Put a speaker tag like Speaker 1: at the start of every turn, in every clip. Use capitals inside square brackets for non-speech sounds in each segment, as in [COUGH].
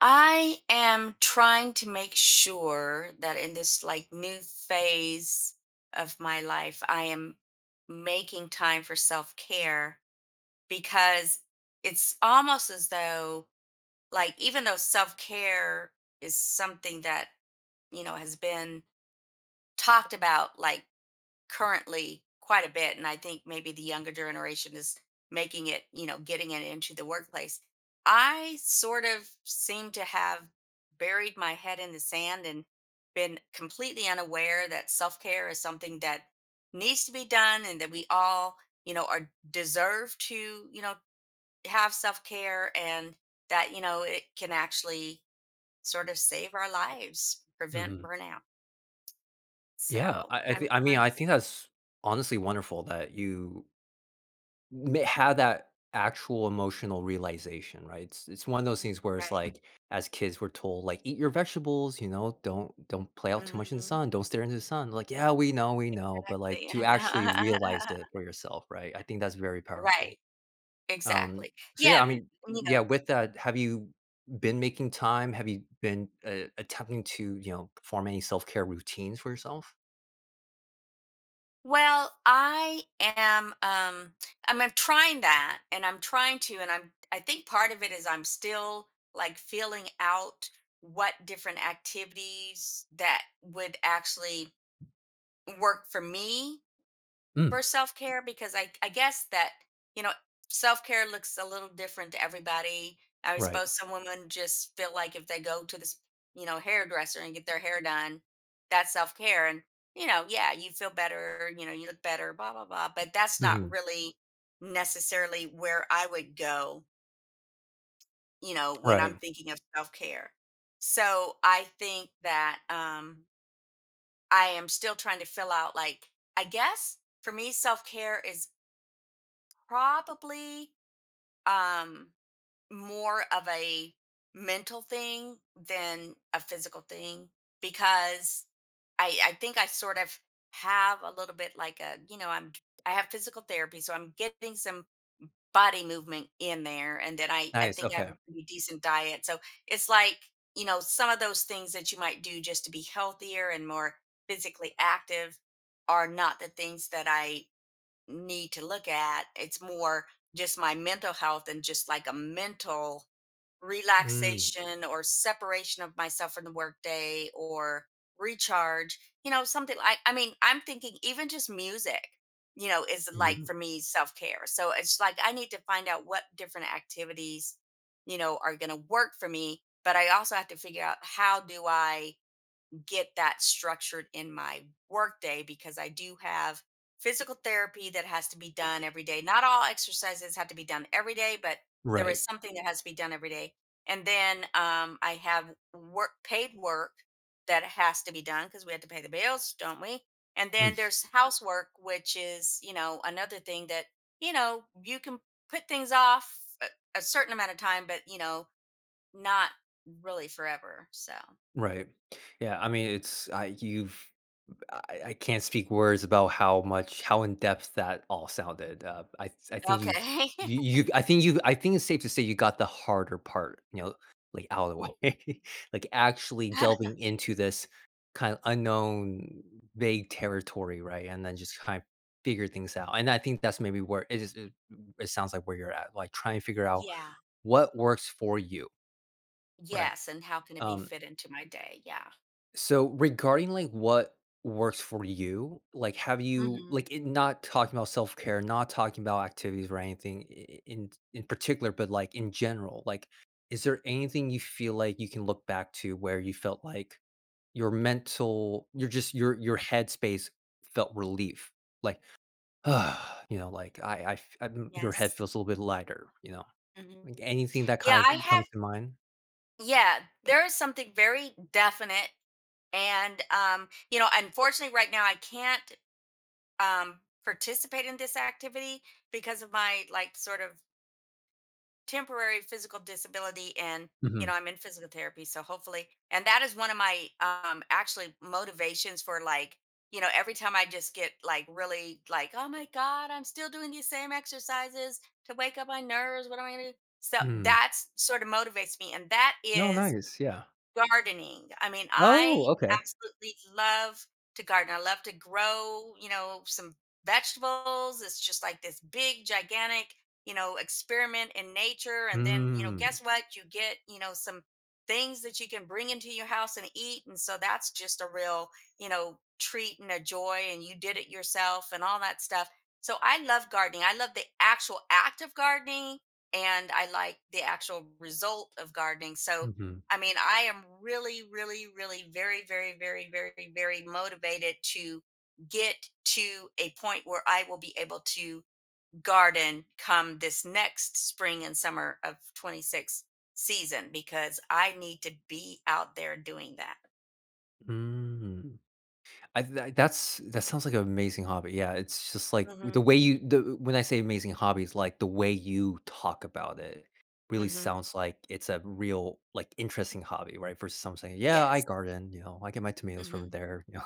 Speaker 1: I am trying to make sure that in this new phase of my life, I am making time for self care because it's almost as though, even though self care is something that, has been talked about currently quite a bit. And I think maybe the younger generation is making it, you know, getting it into the workplace. I sort of seem to have buried my head in the sand and been completely unaware that self-care is something that needs to be done, and that we all, you know are deserve to, have self-care, and that, it can actually sort of save our lives, prevent
Speaker 2: Mhm.
Speaker 1: burnout.
Speaker 2: Yeah,
Speaker 1: so
Speaker 2: I I
Speaker 1: i'm
Speaker 2: think
Speaker 1: trying
Speaker 2: I
Speaker 1: to.
Speaker 2: think that's honestly wonderful that you may had that actual emotional realization, right? It's one of those things where it's
Speaker 1: Right.
Speaker 2: like, as kids, we're told, like, "Eat your vegetables," you know, "Don't play out too much in the sun, don't stare into the sun." Like, yeah, we know, but, like, to
Speaker 1: Exactly.
Speaker 2: actually realize it for yourself, right? I think that's very
Speaker 1: [LAUGHS]
Speaker 2: powerful.
Speaker 1: Right.
Speaker 2: Um,
Speaker 1: Exactly.
Speaker 2: so,
Speaker 1: Yeah,
Speaker 2: yeah,
Speaker 1: but, you know,
Speaker 2: yeah, with that, have you been making time? Have you been, attempting to, you know, perform any self-care routines for yourself?
Speaker 1: well, I am I'm trying that, and I'm trying to and I think part of it is I'm still like feeling out what different activities that would actually work for me
Speaker 2: Mm.
Speaker 1: for self-care, because I guess that, you know, self-care looks a little different to everybody. I
Speaker 2: Right.
Speaker 1: suppose some women just feel like if they go to this, hairdresser and get their hair done, that's self-care. And you know, yeah, you feel better, you know, you look better, blah blah blah, but that's not
Speaker 2: Mhm.
Speaker 1: really necessarily where I would go, when
Speaker 2: Right.
Speaker 1: I'm thinking of self-care. So, I think that I am still trying to fill out like I guess for me self-care is probably um more of a mental thing than a physical thing, because I think I sort of have a little bit like a, I have physical therapy, so I'm getting some body movement in there. And then I
Speaker 2: Nice,
Speaker 1: think I have
Speaker 2: okay.
Speaker 1: a pretty decent diet. So it's like, some of those things that you might do just to be healthier and more physically active are not the things that I need to look at. It's more just my mental health and just like a mental
Speaker 2: Mm,
Speaker 1: relaxation or separation of myself from the workday or recharge, something like, I mean, I'm thinking even just music, is like
Speaker 2: mhm.
Speaker 1: for me self care. So it's like I need to find out what different activities, are going to work for me. But I also have to figure out, how do I get that structured in my workday, because I do have physical therapy that has to be done every day. Not all exercises have to be done every day, but there
Speaker 2: Right.
Speaker 1: is something that has to be done every day. And then I have work, paid work, that has to be done because we have to pay the bills, don't we? And then
Speaker 2: Mm,
Speaker 1: there's housework, which is, you know, another thing that, you know, you can put things off a certain amount of time, but you know, not really forever. So
Speaker 2: right. Yeah, I mean, it's I you've I can't speak words about how in depth that all sounded. I think you
Speaker 1: okay.
Speaker 2: you you I think you I think it's safe to say you got the harder part, you know, like out of the way, [LAUGHS] like actually
Speaker 1: [LAUGHS]
Speaker 2: delving into this kind of unknown, vague territory, right? And then just kind of figure things out. And I think that's maybe where it is. It sounds like where you're at, like trying to figure out
Speaker 1: Yeah.
Speaker 2: what works for you, right?
Speaker 1: Yes, and how can it be
Speaker 2: Um,
Speaker 1: fit into my day? Yeah.
Speaker 2: so regarding like what works for you, like have you
Speaker 1: Mhm.
Speaker 2: like it, not talking about self care, not talking about activities or anything in particular, but like in general, like is there anything you feel like you can look back to where you felt like your just your headspace felt relief, like [SIGHS] ah, you know, like your head
Speaker 1: Yes.
Speaker 2: feels a little bit lighter, you know, like
Speaker 1: Mhm.
Speaker 2: anything that
Speaker 1: Yeah,
Speaker 2: kind of
Speaker 1: I
Speaker 2: comes
Speaker 1: have,
Speaker 2: to mind.
Speaker 1: yeah, there is something very definite. And, you know, unfortunately right now I can't, participate in this activity because of my, like, sort of temporary physical disability. And you
Speaker 2: Mm-hmm.
Speaker 1: know, I'm in physical therapy, so hopefully. And that is one of my, actually, motivations for like, you know, every time I just get like really like, oh my God, I'm still doing these same exercises to wake up my nerves, what am I going to do? So
Speaker 2: Mm.
Speaker 1: that's sort of motivates me, and that
Speaker 2: No,
Speaker 1: is
Speaker 2: nice, yeah.
Speaker 1: gardening. I mean,
Speaker 2: Oh,
Speaker 1: I
Speaker 2: okay.
Speaker 1: absolutely love to garden. I love to grow, you know, some vegetables. It's just like this big, gigantic, you know, experiment in nature. And then, you know,
Speaker 2: Mm,
Speaker 1: guess what? You get, you know, some things that you can bring into your house and eat. And so that's just a real, you know, treat and a joy. And you did it yourself and all that stuff. So I love gardening. I love the actual act of gardening, and I like the actual result of gardening. So
Speaker 2: mhm,
Speaker 1: I mean, I am really, really, really, very, very, very, very, very motivated to get to a point where I will be able to garden come this next spring and summer of 26 season, because I need to be out there doing that.
Speaker 2: mm. I th that's that sounds like an amazing hobby, yeah, it's just like
Speaker 1: Mhm.
Speaker 2: the way you the when I say amazing hobbies, like the way you talk about it really
Speaker 1: Mhm.
Speaker 2: sounds like it's a real, like, interesting hobby, right, versus someone saying, "Yeah, I
Speaker 1: Yes.
Speaker 2: garden," you know, "I get my tomatoes from
Speaker 1: Mhm.
Speaker 2: there," you know,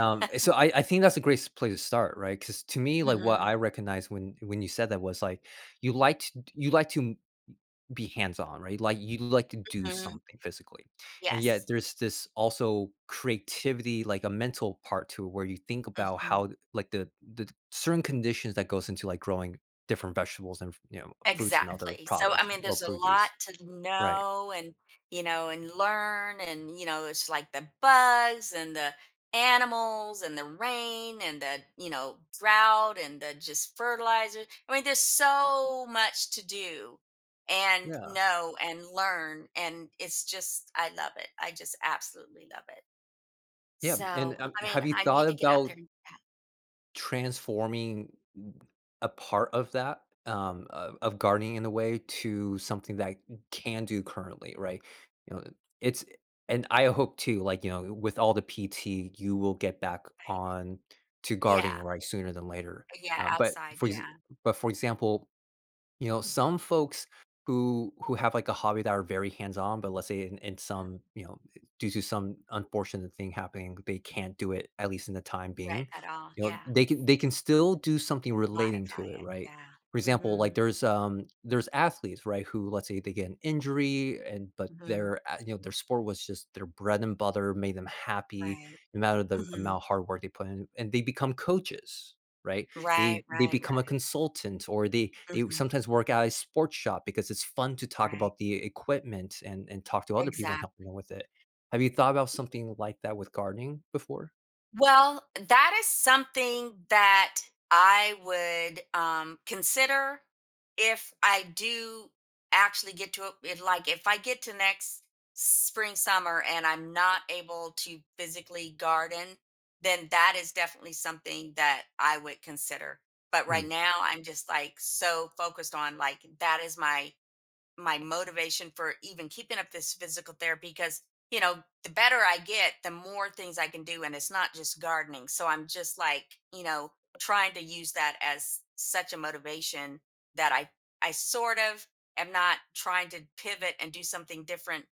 Speaker 2: so I think that's a great s place to start, right? Because to me,
Speaker 1: Mhm.
Speaker 2: like, what
Speaker 1: Mhm.
Speaker 2: I recognized when you said that was, like, you like to be hands-on, right? Like, you like to do
Speaker 1: [LAUGHS]
Speaker 2: something physically. And yet
Speaker 1: Yes.
Speaker 2: there's this also creativity, like a mental part to it where you think about
Speaker 1: Mhm.
Speaker 2: how th like the the certain conditions that goes into, like, growing different vegetables and, you know, fruits and other
Speaker 1: Exactly. So, I
Speaker 2: products
Speaker 1: mean,
Speaker 2: or
Speaker 1: there's a lot
Speaker 2: produce.
Speaker 1: to
Speaker 2: Right.
Speaker 1: know and, you know, and learn. And, you know, it's like the bugs and the animals and the rain and the, you know, drought and the just fertilizer. I mean, there's so much to do and
Speaker 2: Yeah.
Speaker 1: know and learn. And it's just, I love it. I just absolutely love it.
Speaker 2: Yeah, and,
Speaker 1: So, I mean,
Speaker 2: have you
Speaker 1: I need
Speaker 2: thought
Speaker 1: to get out there
Speaker 2: about
Speaker 1: and do that,
Speaker 2: transforming a part of that of gardening in a way to something that I can do currently, right, you know, it's, and I hope too, like, you know, with all the PT you will get back
Speaker 1: right?
Speaker 2: on to
Speaker 1: Yeah.
Speaker 2: gardening, right, sooner than later.
Speaker 1: Yeah.
Speaker 2: uh, but
Speaker 1: Outside.
Speaker 2: for ex-
Speaker 1: Yeah.
Speaker 2: but for example, you know, some folks who have like a hobby that are very hands-on, but let's say in
Speaker 1: Mhm.
Speaker 2: some, you know, due to some unfortunate thing happening, they can't do it, at least in the time
Speaker 1: Right.
Speaker 2: being.
Speaker 1: At all.
Speaker 2: You know,
Speaker 1: Yeah.
Speaker 2: they can still do something relating
Speaker 1: Modify
Speaker 2: to it,
Speaker 1: it,
Speaker 2: right?
Speaker 1: yeah.
Speaker 2: For example, like
Speaker 1: Mhm,
Speaker 2: there's athletes, right, who let's say they get an injury, and but
Speaker 1: mhm,
Speaker 2: you know their sport was just their bread and butter, made them happy,
Speaker 1: right,
Speaker 2: no matter the
Speaker 1: mhm.
Speaker 2: amount of hard work they put in, and they become coaches, right?
Speaker 1: Right,
Speaker 2: They
Speaker 1: right,
Speaker 2: become a
Speaker 1: right,
Speaker 2: consultant, or they
Speaker 1: mhm,
Speaker 2: sometimes work at a sports shop because it's fun to talk
Speaker 1: right.
Speaker 2: about the equipment and talk to other people and help
Speaker 1: Exactly.
Speaker 2: them with it. Have you thought about something like that with gardening before?
Speaker 1: Well, that is something that I would, consider if I do actually get to it. Like, if I get to next spring, summer, and I'm not able to physically garden, then that is definitely something that I would consider. But right
Speaker 2: Mm,
Speaker 1: now, I'm just, like, so focused on, like, that is my motivation for even keeping up this physical therapy. Because you know, the better I get, the more things I can do, and it's not just gardening. So I'm just like, you know, trying to use that as such a motivation that I sort of am not trying to pivot and do something different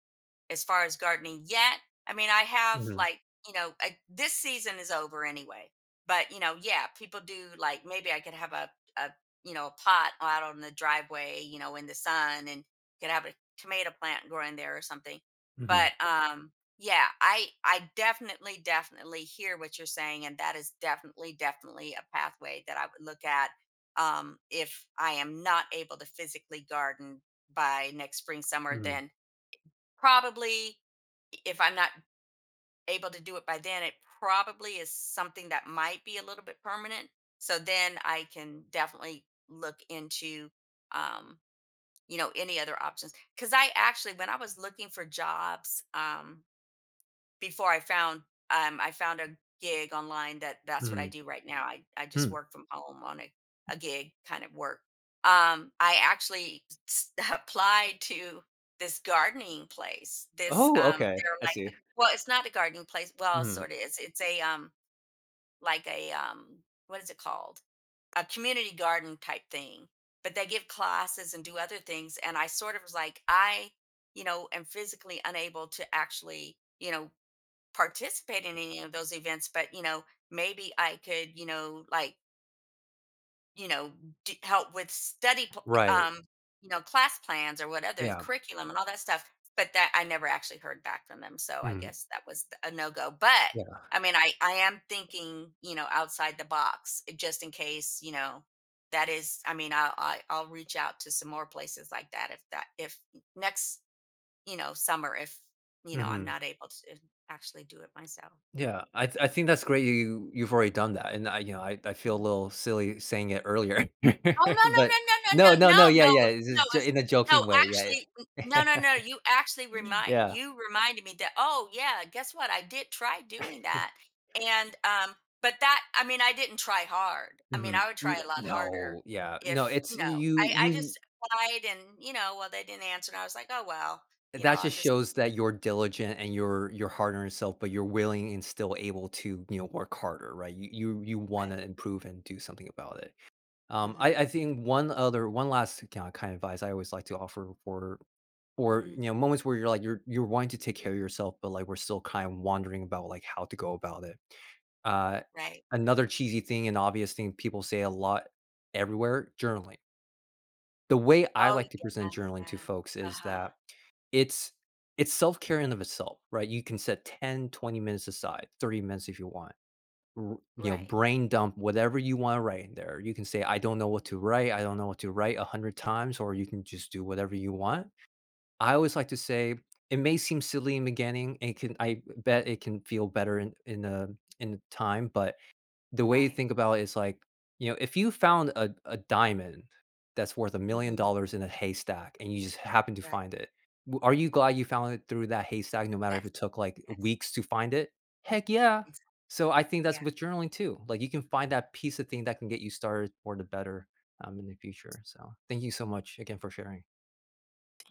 Speaker 1: as far as gardening yet. I mean, I have
Speaker 2: mhm,
Speaker 1: like, you know, I, this season is over anyway, but you know, yeah, people do like, maybe I could have a, a you know, a pot out on the driveway, you know, in the sun, and could have a tomato plant growing there or something.
Speaker 2: mhm,
Speaker 1: But yeah, I definitely definitely hear what you're saying, and that is definitely definitely a pathway that I would look at, if I am not able to physically garden by next spring summer.
Speaker 2: mhm,
Speaker 1: Then probably, if I'm not able to do it by then, it probably is something that might be a little bit permanent. So then I can definitely look into, um you know, any other options. Because I actually, when I was looking for jobs, before I found, I found a gig online, that that's what I
Speaker 2: mhm,
Speaker 1: do right now. I just
Speaker 2: mm.
Speaker 1: work from home on a gig kind of work. I actually [LAUGHS] applied to this gardening place, this,
Speaker 2: Oh, okay,
Speaker 1: they're
Speaker 2: I
Speaker 1: like,
Speaker 2: see.
Speaker 1: well, it's not a gardening place, well,
Speaker 2: Mm,
Speaker 1: sort of is, it's a, like a, what is it called, a community garden type thing, but they give classes and do other things. And I sort of was like, I, you know, am physically unable to actually, you know, participate in any of those events, but you know, maybe I could, you know, like, you know, d help with study pl
Speaker 2: right,
Speaker 1: you know, class plans or whatever,
Speaker 2: yeah,
Speaker 1: curriculum and all that stuff. But that, I never actually heard back from them, so I
Speaker 2: mm,
Speaker 1: guess that was a no-go. But,
Speaker 2: yeah,
Speaker 1: I mean, I am thinking, you know, outside the box, eh, just in case, you know, that is, I mean, I I'll reach out to some more places like that if that, if next, you know, summer, if, you know, I'm
Speaker 2: mhm,
Speaker 1: not able to actually do it myself.
Speaker 2: yeah, I th I think that's great you you've already done that, and I, you know, I feel a little silly saying it earlier,
Speaker 1: Oh, no,
Speaker 2: [LAUGHS] but
Speaker 1: no, no, no,
Speaker 2: no,
Speaker 1: no, no,
Speaker 2: no, no,
Speaker 1: no,
Speaker 2: yeah,
Speaker 1: no,
Speaker 2: yeah, it's
Speaker 1: no,
Speaker 2: just j
Speaker 1: it's,
Speaker 2: in a
Speaker 1: no,
Speaker 2: joking way,
Speaker 1: actually, n no, no,
Speaker 2: yeah.
Speaker 1: no,
Speaker 2: [LAUGHS]
Speaker 1: you actually remind
Speaker 2: Yeah. [LAUGHS]
Speaker 1: you reminded me that, "Oh, yeah, guess what? I did try doing that." And, but that, I mean, I didn't try hard. I mean,
Speaker 2: Mhm.
Speaker 1: I would try a lot harder
Speaker 2: No, yeah, no,
Speaker 1: if,
Speaker 2: it's
Speaker 1: you know, I
Speaker 2: you
Speaker 1: just applied and, you know, well, they didn't answer, and I was like, "Oh, well, you know,
Speaker 2: that
Speaker 1: I'll
Speaker 2: just
Speaker 1: just—"
Speaker 2: shows that you're diligent and you're hard on yourself, but you're willing and still able to, you know, work harder, right? You wanna
Speaker 1: Right.
Speaker 2: improve and do something about it. I
Speaker 1: Mhm.
Speaker 2: think one other one last kind of advice I always like to offer for, you
Speaker 1: Mhm.
Speaker 2: know, moments where you're like you're wanting to take care of yourself, but, like, we're still kind of wondering about, like, how to go about it. Uh,
Speaker 1: Right.
Speaker 2: another cheesy thing and obvious thing people say a lot everywhere, journaling. The way I
Speaker 1: Oh,
Speaker 2: like to present
Speaker 1: yeah,
Speaker 2: journaling
Speaker 1: yeah.
Speaker 2: to folks is
Speaker 1: Uh-huh.
Speaker 2: that it's it's self-care in of itself, right? You can set 10, 20 minutes aside, 30 minutes if you want. R you know,
Speaker 1: Right,
Speaker 2: brain dump whatever you wanna write in there. You can say, "I don't know what to write. I don't know what to write," 100 times, or you can just do whatever you want. I always like to say, it may seem silly in the beginning, and it can I bet it can feel better in the time, but the way you
Speaker 1: right.
Speaker 2: think about it is like, you know, if you found a diamond that's worth
Speaker 1: Mhm.
Speaker 2: $1,000,000 in a haystack and you just happen to
Speaker 1: Right.
Speaker 2: find it, w are you glad you found it through that haystack no matter if
Speaker 1: Yes,
Speaker 2: it took, like,
Speaker 1: yes.
Speaker 2: weeks to find it?
Speaker 1: Mhm.
Speaker 2: Heck yeah. So I think that's
Speaker 1: Yeah.
Speaker 2: with journaling too. Like, you can find that piece of thing that can get you started for the better, in the future. So, thank you so much again for sharing.